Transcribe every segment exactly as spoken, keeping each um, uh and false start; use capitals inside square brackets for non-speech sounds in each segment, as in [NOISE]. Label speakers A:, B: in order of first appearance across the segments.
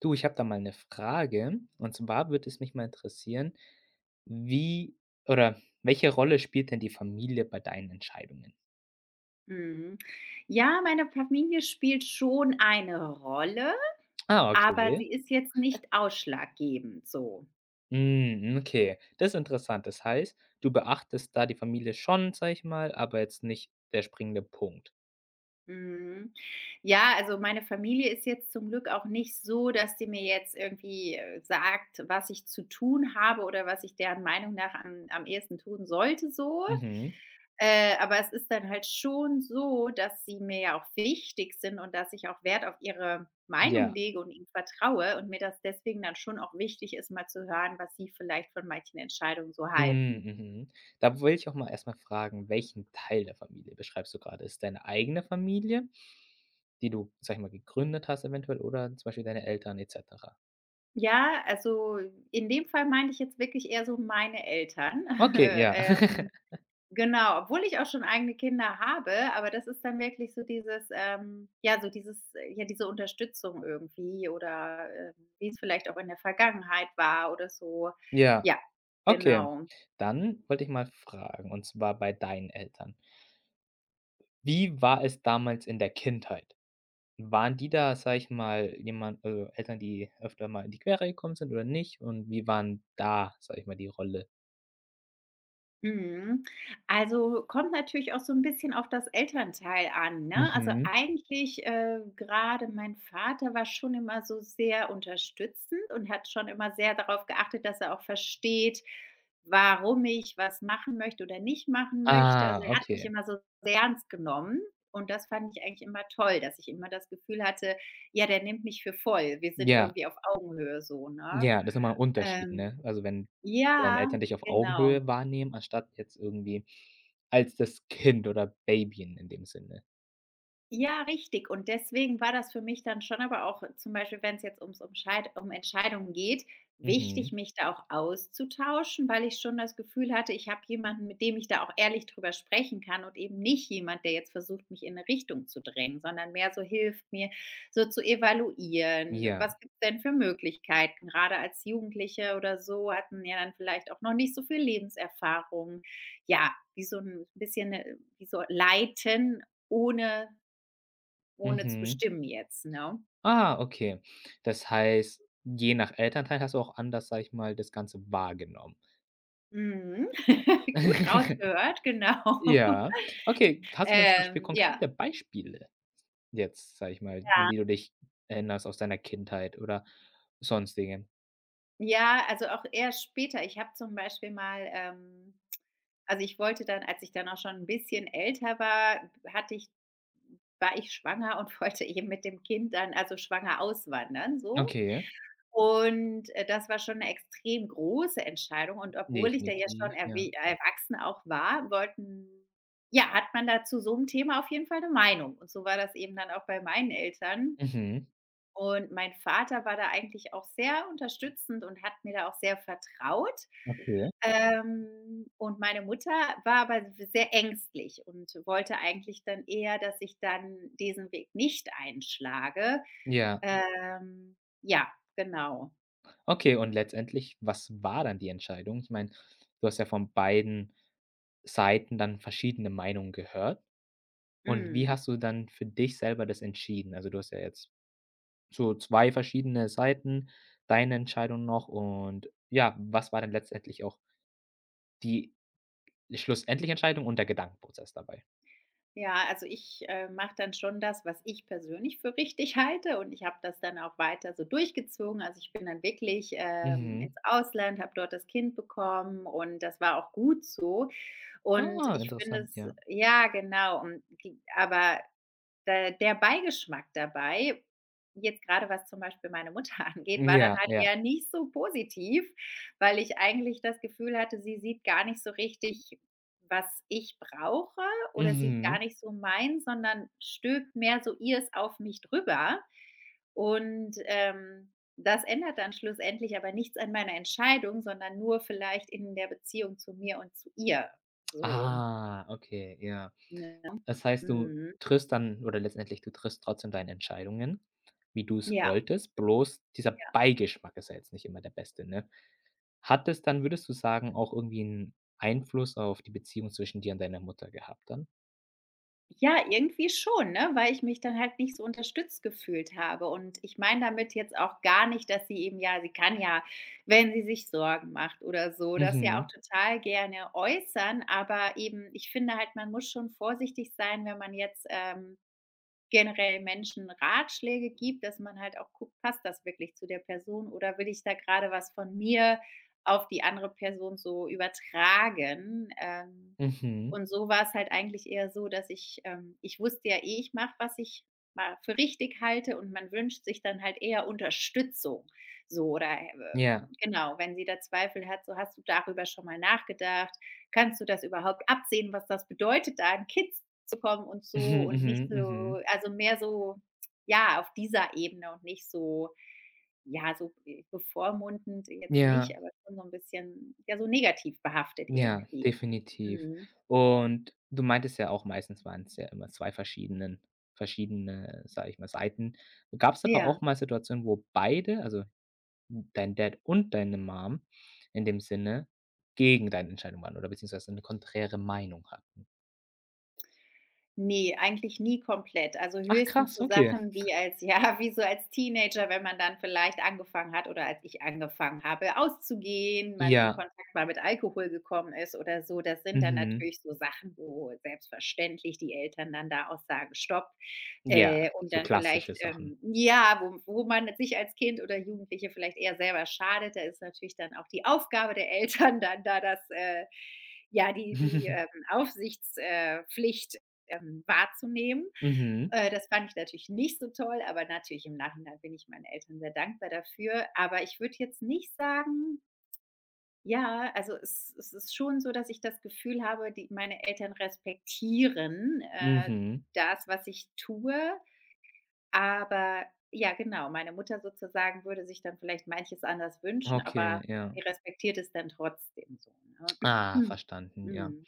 A: Du, ich habe da mal eine Frage. Und zwar würde es mich mal interessieren, wie oder welche Rolle spielt denn die Familie bei deinen Entscheidungen?
B: Mhm. Ja, meine Familie spielt schon eine Rolle,
A: Ah,
B: aber
A: okay.
B: sie ist jetzt nicht ausschlaggebend so.
A: Mhm, okay. Das ist interessant. Das heißt, du beachtest da die Familie schon, sage ich mal, aber jetzt nicht der springende Punkt.
B: Mhm. Ja, also meine Familie ist jetzt zum Glück auch nicht so, dass die mir jetzt irgendwie äh, sagt, was ich zu tun habe oder was ich deren Meinung nach am, am ehesten tun sollte, so.
A: Mhm.
B: Äh, aber es ist dann halt schon so, dass sie mir ja auch wichtig sind und dass ich auch Wert auf ihre Meinung
A: Ja.
B: lege und ihnen vertraue und mir das deswegen dann schon auch wichtig ist, mal zu hören, was sie vielleicht von manchen Entscheidungen so
A: Mhm,
B: halten.
A: mhm. Da will ich auch mal erstmal fragen, welchen Teil der Familie beschreibst du gerade? Ist es deine eigene Familie, die du, sage ich mal, gegründet hast eventuell oder zum Beispiel deine Eltern et cetera?
B: Ja, also in dem Fall meinte ich jetzt wirklich eher so meine Eltern.
A: Okay, ja.
B: [LAUGHS] Ähm,
A: [LAUGHS]
B: genau, obwohl ich auch schon eigene Kinder habe, aber das ist dann wirklich so dieses, ähm, ja, so dieses, äh, ja, diese Unterstützung irgendwie oder, ähm, wie es vielleicht auch in der Vergangenheit war oder so.
A: Ja,
B: Ja,
A: okay.
B: genau.
A: Dann wollte ich mal fragen, und zwar bei deinen Eltern. Wie war es damals in der Kindheit? Waren die da, sage ich mal, jemand also, Eltern, die öfter mal in die Quere gekommen sind oder nicht? Und wie waren da, sage ich mal, die Rolle?
B: Mhm. Also, kommt natürlich auch so ein bisschen auf das Elternteil an, ne? Also,
A: Mhm.
B: eigentlich, äh, grade mein Vater war schon immer so sehr unterstützend und hat schon immer sehr darauf geachtet, dass er auch versteht, warum ich was machen möchte oder nicht machen möchte. Also,
A: Ah,
B: er hat mich
A: okay.
B: immer so sehr ernst genommen und das fand ich eigentlich immer toll, dass ich immer das Gefühl hatte: „Ja, der nimmt mich für voll. Wir sind
A: Ja,
B: irgendwie auf Augenhöhe“, so, ne?
A: ja, das ist noch ein Unterschied,
B: Ähm,
A: ne? Also, wenn deine
B: ja,
A: Eltern dich auf
B: genau.
A: Augenhöhe wahrnehmen, anstatt jetzt irgendwie als das Kind oder Babyen in dem Sinne.
B: Ja, richtig. Und deswegen war das für mich dann schon aber auch äh, zum Beispiel, wenn es jetzt ums Umscheid um Entscheidungen geht, wichtig,
A: Mhm.
B: mich da auch auszutauschen, weil ich schon das Gefühl hatte, ich habe jemanden, mit dem ich da auch ehrlich drüber sprechen kann und eben nicht jemand, der jetzt versucht, mich in eine Richtung zu drängen, sondern mehr so hilft, mir so zu evaluieren.
A: Ja.
B: Was gibt's denn für Möglichkeiten? Gerade als Jugendliche oder so hatten ja dann vielleicht auch noch nicht so viel Lebenserfahrung. Ja, wie so ein bisschen, äh wie so leiten, ohne ohne zu
A: Mhm.
B: bestimmen jetzt, ne?
A: Ah, okay. Das heißt, je nach Elternteil hast du auch anders, sage ich mal, das Ganze wahrgenommen.
B: Mhm. [LAUGHS] Gut
A: [LAUGHS]
B: rausgehört, genau.
A: Ja,
B: [LAUGHS]
A: okay. Hast du denn zum Beispiel
B: Ähm, ja.
A: konkrete Beispiele jetzt, sage ich mal, an
B: Ja.
A: die du dich erinnerst aus deiner Kindheit oder sonstigen?
B: Ja, also auch eher später. Ich habe zum Beispiel mal ähm, also ich wollte dann, als ich dann auch schon ein bisschen älter war, hatte ich war ich schwanger und [LAUGHS] wollte eben mit dem Kind dann also schwanger auswandern so.
A: Okay,
B: Und, äh, das war schon eine extrem große Entscheidung und obwohl ich da ja schon
A: definitiv, ja.
B: erwe erwachsen auch war, wollten ja, hat man da zu so 'nem Thema auf jeden Fall eine Meinung und so war das eben dann auch bei meinen Eltern
A: Mhm,
B: und mein Vater war da eigentlich auch sehr unterstützend und hat mir da auch sehr vertraut.
A: okay.
B: Ähm, und meine Mutter war aber sehr ängstlich und wollte eigentlich dann eher, dass ich dann diesen Weg nicht einschlage.
A: Ja,
B: Ähm, ja, genau.
A: okay und letztendlich, was war dann die Entscheidung? Ich meine, du hast ja von beiden Seiten dann verschiedene Meinungen gehört. Und wie
B: Mhm.
A: hast du dann für dich selber das entschieden? Also, du hast ja jetzt so zwei verschiedene Seiten, deine Entscheidung noch und ja, was war denn letztendlich auch die schlussendliche Entscheidung und der Gedankenprozess dabei?
B: Ja, also ich, äh, mache dann schon das, was ich persönlich für richtig [LAUGHS] halte und ich habe das dann auch weiter so durchgezogen. Also, ich bin dann wirklich, ähm,
A: Mhm.
B: ins Ausland, habe dort das Kind bekommen und das war auch gut so. Und
A: Ah,
B: ich finde
A: interessant,
B: es
A: ja.
B: ja, genau. und g aber Da der Beigeschmack dabei, jetzt gerade was zum Beispiel meine Mutter [LAUGHS] angeht, war dann
A: Ja,
B: halt eher
A: ja.
B: nicht so positiv, weil ich eigentlich das Gefühl hatte, sie sieht gar nicht so richtig, was ich brauche oder sieht
A: Mhm.
B: gar nicht so mein, sondern stülpt mehr so ihrs auf mich drüber. Und, ähm, das ändert dann schlussendlich aber nichts an meiner Entscheidung, sondern nur vielleicht in der Beziehung zu mir und zu ihr. So,
A: Ah, okay, ja.
B: ne?
A: Das heißt, du
B: Mhm.
A: triffst dann oder letztendlich du triffst trotzdem deine Entscheidungen, wie du es
B: Ja.
A: wolltest, bloß dieser Beigeschmack ist ja jetzt nicht immer der beste, ne? Hat es dann, würdest du sagen, auch irgendwie 'n Einfluss auf die Beziehung zwischen dir und deiner Mutter gehabt dann?
B: Ja, irgendwie schon, ne, weil ich mich dann halt nicht so unterstützt gefühlt habe. Und ich meine damit jetzt auch gar nicht, dass sie eben ja, sie kann ja, wenn sie sich Sorgen macht oder so, das ja auch
A: Mhm,
B: total gerne äußern. Aber eben, ich finde halt, man muss schon vorsichtig sein, wenn man jetzt, ähm, generell Menschen Ratschläge gibt, dass man halt auch guckt, passt das wirklich zu der Person oder will ich da gerade was von mir auf die andere Person so übertragen? Ähm,
A: mhm,
B: und so war es halt eigentlich eher so, dass ich ähm, ich wusste ja eh, ich mache, was ich mal für richtig halte und man wünscht sich dann halt eher Unterstützung so oder, äh,
A: ja.
B: genau, wenn sie da Zweifel hat, so: „Hast du darüber schon mal nachgedacht? Kannst du das überhaupt absehen, was das bedeutet, da 'n Kind zu kommen und
A: [LAUGHS] Mhm,
B: so und nicht
A: mhm,
B: so
A: mhm.
B: also mehr so, ja, auf dieser Ebene und nicht so ja, so be bevormundend jetzt
A: Ja,
B: nicht, aber schon so ein bisschen, ja, so negativ behaftet
A: ja,
B: irgendwie.
A: definitiv.
B: Mhm.
A: Und du meintest ja auch, meistens waren's ja immer zwei verschiedenen verschiedene, sage ich mal, Seiten. Gab's aber
B: Ja.
A: auch mal Situationen, wo beide, also dein Dad und deine Mom in dem Sinne, gegen deine Entscheidung waren oder beziehungsweise 'ne konträre Meinung hatten?
B: Ne, eigentlich nie komplett. Also,
A: Ach
B: höchstens
A: krass,
B: so
A: okay.
B: Sachen wie als [LAUGHS] ja, wie so als Teenager, wenn man dann vielleicht angefangen hat oder als ich angefangen habe auszugehen, man in
A: Ja,
B: Kontakt mal mit Alkohol gekommen ist oder so. Das sind dann
A: mhm.
B: natürlich so Sachen, wo selbstverständlich die Eltern dann da auch sagen: „Stopp.“
A: Ja,
B: Äh, und
A: so
B: dann vielleicht,
A: klassische Sachen.
B: ähm ja, wo wo man sich als Kind oder Jugendliche vielleicht eher selber schadet, da ist natürlich dann auch die Aufgabe der Eltern [LAUGHS] dann da das, äh ja, die die, ähm,
A: [LAUGHS]
B: Aufsichts äh, Pflicht, ähm, wahrzunehmen.
A: Mhm,
B: Äh, das fand ich natürlich nicht so toll, aber natürlich im Nachhinein bin ich meinen Eltern sehr dankbar dafür. Aber ich würde jetzt nicht sagen, ja, also es, es ist schon so, dass ich das Gefühl habe, die, meine Eltern respektieren äh,
A: mhm.
B: das, was ich tue. Aber ja, genau, meine Mutter sozusagen würde sich dann vielleicht manches anders wünschen,
A: Okay,
B: aber
A: ja.
B: sie respektiert es dann trotzdem so.
A: Ah,
B: Ne? [CLEARS THROAT]
A: verstanden, ja.
B: Mm,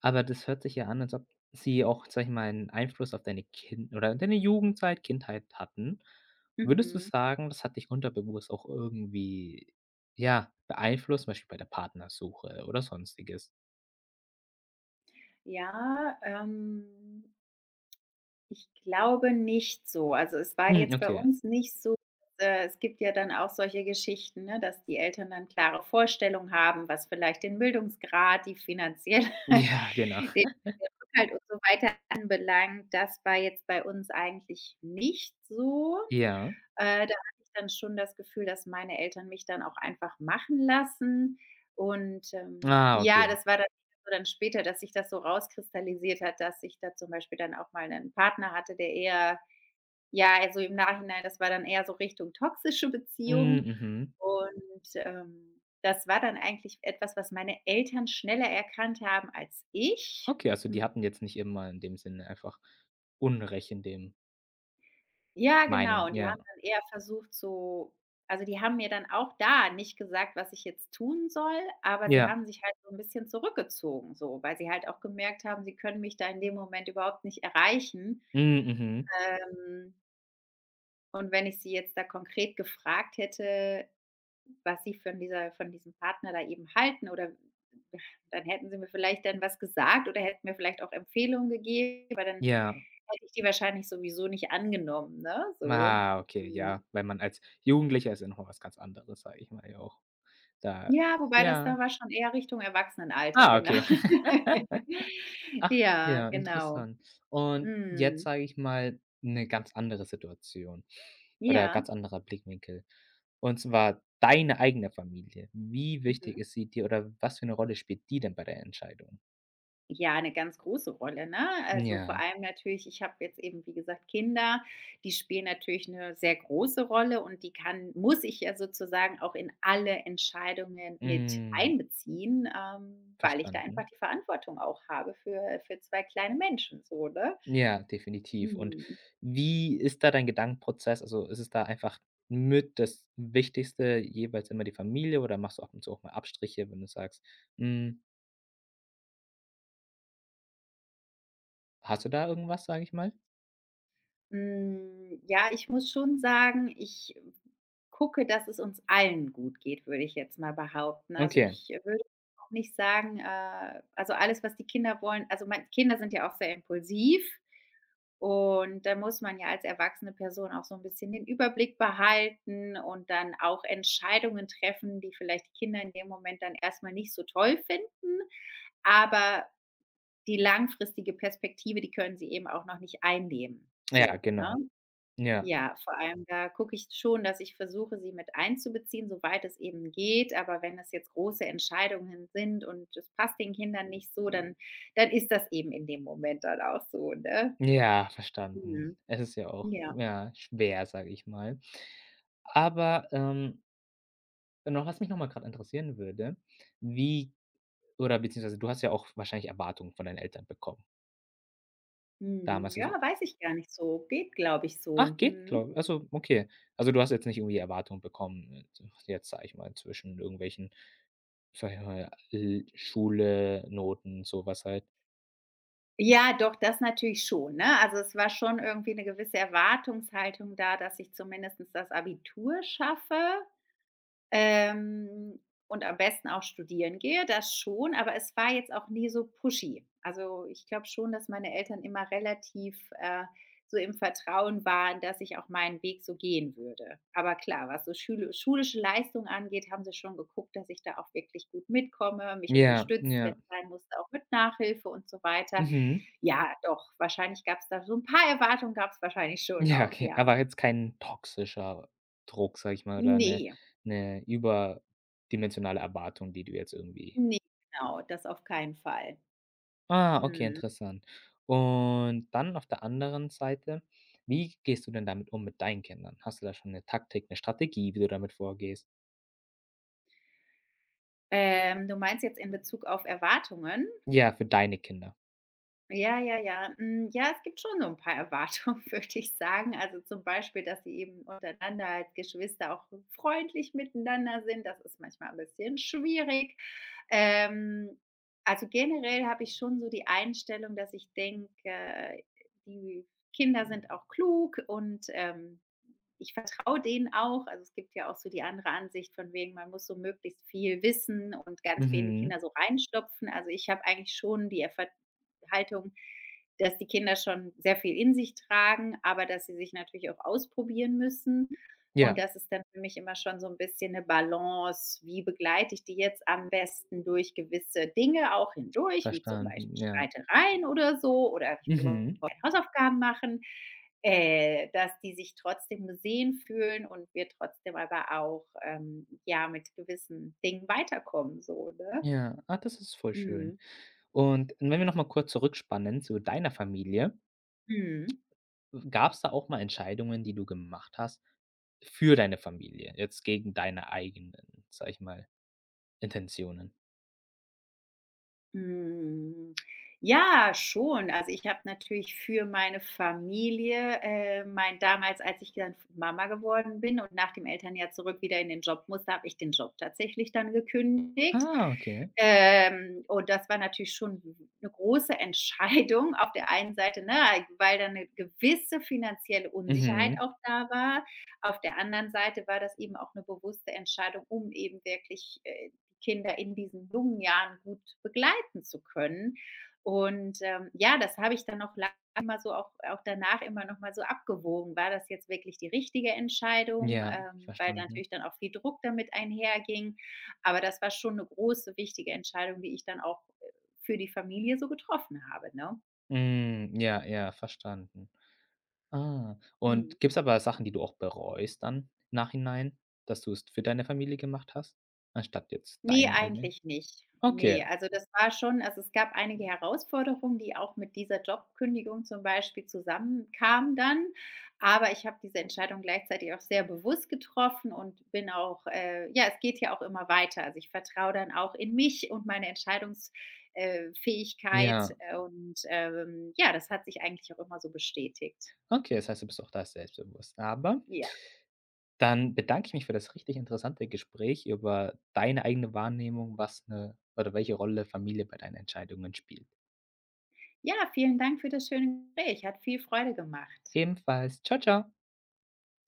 A: Aber das hört sich ja an, als ob sie auch, sage ich mal, einen Einfluss auf deine Kind oder deine Jugendzeit, Kindheit hatten. Würdest du
B: Mhm.
A: sagen, das hat dich unterbewusst auch irgendwie, ja, beeinflusst, zum Beispiel bei der Partnersuche oder Sonstiges?
B: Ja, ähm, Ich glaube nicht so. Also, es war
A: Hm,
B: jetzt bei
A: okay. [LAUGHS]
B: uns nicht so äh, es gibt ja dann auch solche Geschichten, ne, dass die Eltern dann klare Vorstellungen haben, was vielleicht den Bildungsgrad, die finanzielle [LAUGHS]
A: Ja, genau.
B: den Rückhalt und so weiter anbelangt. Das war jetzt bei uns eigentlich nicht so.
A: Ja.
B: Äh, da hatte ich dann schon das Gefühl, dass meine Eltern mich dann auch einfach machen lassen. Und, ähm,
A: Ah,
B: ja,
A: okay.
B: das war dann so dann später, dass sich das so rauskristallisiert hat, dass ich da zum Beispiel dann auch mal einen Partner hatte, der eher ja, also im Nachhinein, das war dann eher so Richtung toxische
A: Hm,
B: Beziehung.
A: mhm.
B: Und, ähm, das war dann eigentlich etwas, was meine Eltern schneller erkannt haben als ich.
A: Okay, also die hatten jetzt nicht immer in dem Sinne einfach Unrecht in dem
B: Ja, genau.
A: Meinung,
B: Und die
A: ja.
B: haben dann eher versucht, so also, die haben mir dann auch da nicht gesagt, was ich jetzt tun soll, aber sie
A: Ja.
B: haben sich halt so ein bisschen zurückgezogen so, weil sie halt auch gemerkt haben, sie können mich da in dem Moment überhaupt nicht erreichen.
A: Mhm, mhm.
B: Ähm, und wenn ich sie jetzt da konkret gefragt hätte, was sie von dieser von diesem Partner da eben halten oder ja, dann hätten sie mir vielleicht dann was gesagt oder hätten mir vielleicht auch Empfehlungen gegeben, aber dann
A: Ja.
B: hätte ich die wahrscheinlich sowieso nicht angenommen, ne, so.
A: Ah, okay, ja,
B: Mhm.
A: weil man als Jugendlicher ist ja noch mal was ganz anderes, sage ich mal, ja auch. Da
B: Ja, wobei das
A: ja.
B: da war schon eher Richtung Erwachsenenalter,
A: Ah,
B: genau.
A: okay.
B: [LAUGHS]
A: [LAUGHS] Ach,
B: Ja,
A: ja,
B: genau.
A: interessant. Und jetzt,
B: Mhm.
A: sage ich mal, 'ne ganz andere Situation oder
B: Ja.
A: ganz anderer Blickwinkel. Und zwar deine eigene Familie. Wie wichtig
B: Mhm.
A: ist sie dir oder was für 'ne Rolle spielt die denn bei der Entscheidung?
B: Ja, eine ganz große Rolle, ne? Also, vor
A: Ja.
B: allem natürlich ich habe jetzt eben, wie gesagt, Kinder, die spielen natürlich eine sehr große Rolle und die kann muss ich ja sozusagen auch in alle Entscheidungen mit
A: Mhm.
B: einbeziehen, ähm, weil ich da einfach
A: Verstanden.
B: die Verantwortung auch habe für für zwei kleine Menschen so, ne?
A: Ja, definitiv. Und
B: Mhm.
A: wie ist da dein Gedankenprozess? Also, ist es da einfach mit das Wichtigste jeweils immer die Familie oder machst du ab und zu auch mal Abstriche, wenn du sagst: „Hm, hast du da irgendwas“, sage ich mal?
B: Hm, ja, ich muss schon sagen, ich gucke, dass es uns allen gut geht, würde ich jetzt mal behaupten. Also,
A: Okay,
B: ich würde auch nicht sagen, äh also, alles, was die Kinder wollen also, mein Kinder sind ja auch sehr impulsiv und da muss man ja als erwachsene Person auch so ein bisschen den Überblick behalten und dann auch Entscheidungen treffen, die vielleicht die Kinder in dem Moment dann erstmal nicht so toll finden, aber die langfristige Perspektive, die können sie eben auch noch nicht einnehmen,
A: ja,
B: so, ne?
A: genau. Ja.
B: Ja, vor allem da gucke ich schon, dass ich versuche, sie mit einzubeziehen, soweit es eben geht. Aber wenn es jetzt große Entscheidungen sind und es passt den Kindern nicht so, dann dann ist das eben in dem Moment dann auch so, ne?
A: Ja, verstanden.
B: Mhm.
A: Es ist ja auch,
B: Ja.
A: ja, schwer, sage ich mal. Aber, ähm, noch was mich noch mal grad interessieren würde, wie oder beziehungsweise du hast ja auch wahrscheinlich Erwartungen von deinen Eltern bekommen.
B: Mhm.
A: Damals
B: Ja, weiß ich gar nicht so. Geht, glaube ich,
A: Ach,
B: so.
A: geht,
B: Mhm.
A: glaube also okay. Also, du hast jetzt nicht irgendwie Erwartungen bekommen, äh, z jetzt, sage ich mal, zwischen irgendwelchen, sage ich mal, äh, Schule, Noten, sowas halt.
B: Ja, doch, das natürlich schon, ne? Also, es war schon irgendwie eine gewisse Erwartungshaltung da, dass ich zumindestens das Abitur schaffe. Ähm, und am besten auch studieren gehe, das schon, aber es war jetzt auch nie so pushy. Also, ich glaube schon, dass meine Eltern immer relativ, äh, so im Vertrauen waren, dass ich auch meinen Weg so gehen würde. Aber klar, was so schüle schulische Leistung angeht, haben sie schon geguckt, dass ich da auch wirklich gut mitkomme, mich
A: Ja,
B: unterstützt, wenn
A: ja,
B: es sein musste, auch mit Nachhilfe und so weiter.
A: mhm. [LAUGHS]
B: Ja, doch, wahrscheinlich gab es da so ein paar Erwartungen gab es wahrscheinlich schon
A: Ja,
B: auch,
A: okay.
B: ja.
A: Aber jetzt kein toxischer Druck, sage ich mal, oder eine
B: Nee,
A: eine überdimensionale Erwartung, die du jetzt irgendwie
B: ne, genau, das auf keinen Fall.
A: ah, okay,
B: Mhm.
A: interessant. Und dann auf der anderen Seite, wie gehst du denn damit um mit deinen Kindern? Hast du da schon eine Taktik, eine Strategie, wie du damit vorgehst?
B: Ähm, du meinst jetzt in Bezug auf Erwartungen?
A: Ja, für deine Kinder.
B: Ja, ja, ja. Hm, ja, es gibt schon so ein paar Erwartungen, [LAUGHS] würde ich sagen. Also, zum Beispiel, dass sie eben untereinander als Geschwister auch freundlich miteinander sind. Das ist manchmal ein bisschen schwierig. Ähm, also, generell habe ich schon so die Einstellung, dass ich denke, die Kinder sind auch klug und, ähm, ich vertraue denen auch. Also es gibt ja auch so die andere Ansicht von wegen, man muss so möglichst viel wissen und ganz wenig
A: Mhm.
B: Kinder so reinstopfen. Also ich habe eigentlich schon die Erver- Haltung, dass die Kinder schon sehr viel in sich tragen, aber dass sie sich natürlich auch ausprobieren müssen. Und
A: Ja,
B: das ist dann für mich immer schon so ein bisschen eine Balance. Wie begleite ich die jetzt am besten durch gewisse Dinge auch hindurch, wie zum Beispiel
A: verstanden, ja.
B: Streitereien oder so, oder ich will überhaupt
A: Mhm.
B: keine Hausaufgaben machen. Äh, dass die sich trotzdem gesehen fühlen und wir trotzdem aber auch, ähm, ja, mit gewissen Dingen weiterkommen so, ne?
A: Ja, ah, das ist voll schön.
B: Mhm.
A: Und wenn wir noch mal kurz zurückspannen zu deiner Familie,
B: Mhm.
A: gab's da auch mal Entscheidungen, die du gemacht hast für deine Familie, jetzt gegen deine eigenen, sage ich mal, Intentionen?
B: Hm, ja, schon. Also, ich habe natürlich für meine Familie, äh, mein damals, als ich dann Mama geworden bin und nach dem Elternjahr zurück wieder in den Job musste, habe ich den Job tatsächlich dann gekündigt.
A: Ah, okay.
B: Ähm, und das war natürlich schon eine große Entscheidung auf der einen Seite, ne, weil da eine gewisse finanzielle Unsicherheit
A: Mhm.
B: auch da war. Auf der anderen Seite war das eben auch eine bewusste Entscheidung, um eben wirklich, äh, Kinder in diesen jungen Jahren gut begleiten zu können. Und, ähm, ja, das habe ich dann noch lange immer so auch auch danach immer noch mal so abgewogen. War das jetzt wirklich die richtige Entscheidung,
A: Ja,
B: ähm, weil
A: verstanden.
B: natürlich dann auch viel Druck damit einherging. Aber das war schon eine große, wichtige Entscheidung, die ich dann auch, äh, für die Familie so getroffen habe, ne?
A: Hm, ja, ja, verstanden. Ah,
B: Mhm.
A: und gibt's aber Sachen, die du auch bereust dann im Nachhinein, dass du es für deine Familie gemacht hast, anstatt jetzt
B: Nee,
A: deinen eigenen?
B: eigentlich nicht.
A: Okay,
B: Nee, also das war schon also, es gab einige Herausforderungen, die auch mit dieser Jobkündigung zum Beispiel zusammenkamen dann. Aber ich habe diese Entscheidung gleichzeitig auch sehr bewusst getroffen und bin auch äh, ja, es geht ja auch immer weiter. Also, ich vertraue dann auch in mich und meine Entscheidungsfähigkeit
A: ja.
B: und, ähm, ja, das hat sich eigentlich auch immer so bestätigt.
A: Okay, das heißt, du bist auch da selbstbewusst. Aber
B: Ja.
A: dann bedanke ich mich für das richtig interessante Gespräch über deine eigene Wahrnehmung, was eine oder welche Rolle Familie bei deinen Entscheidungen spielt.
B: Ja, vielen Dank für das schöne Gespräch. Hat viel Freude gemacht.
A: Ebenfalls. Ciao, ciao.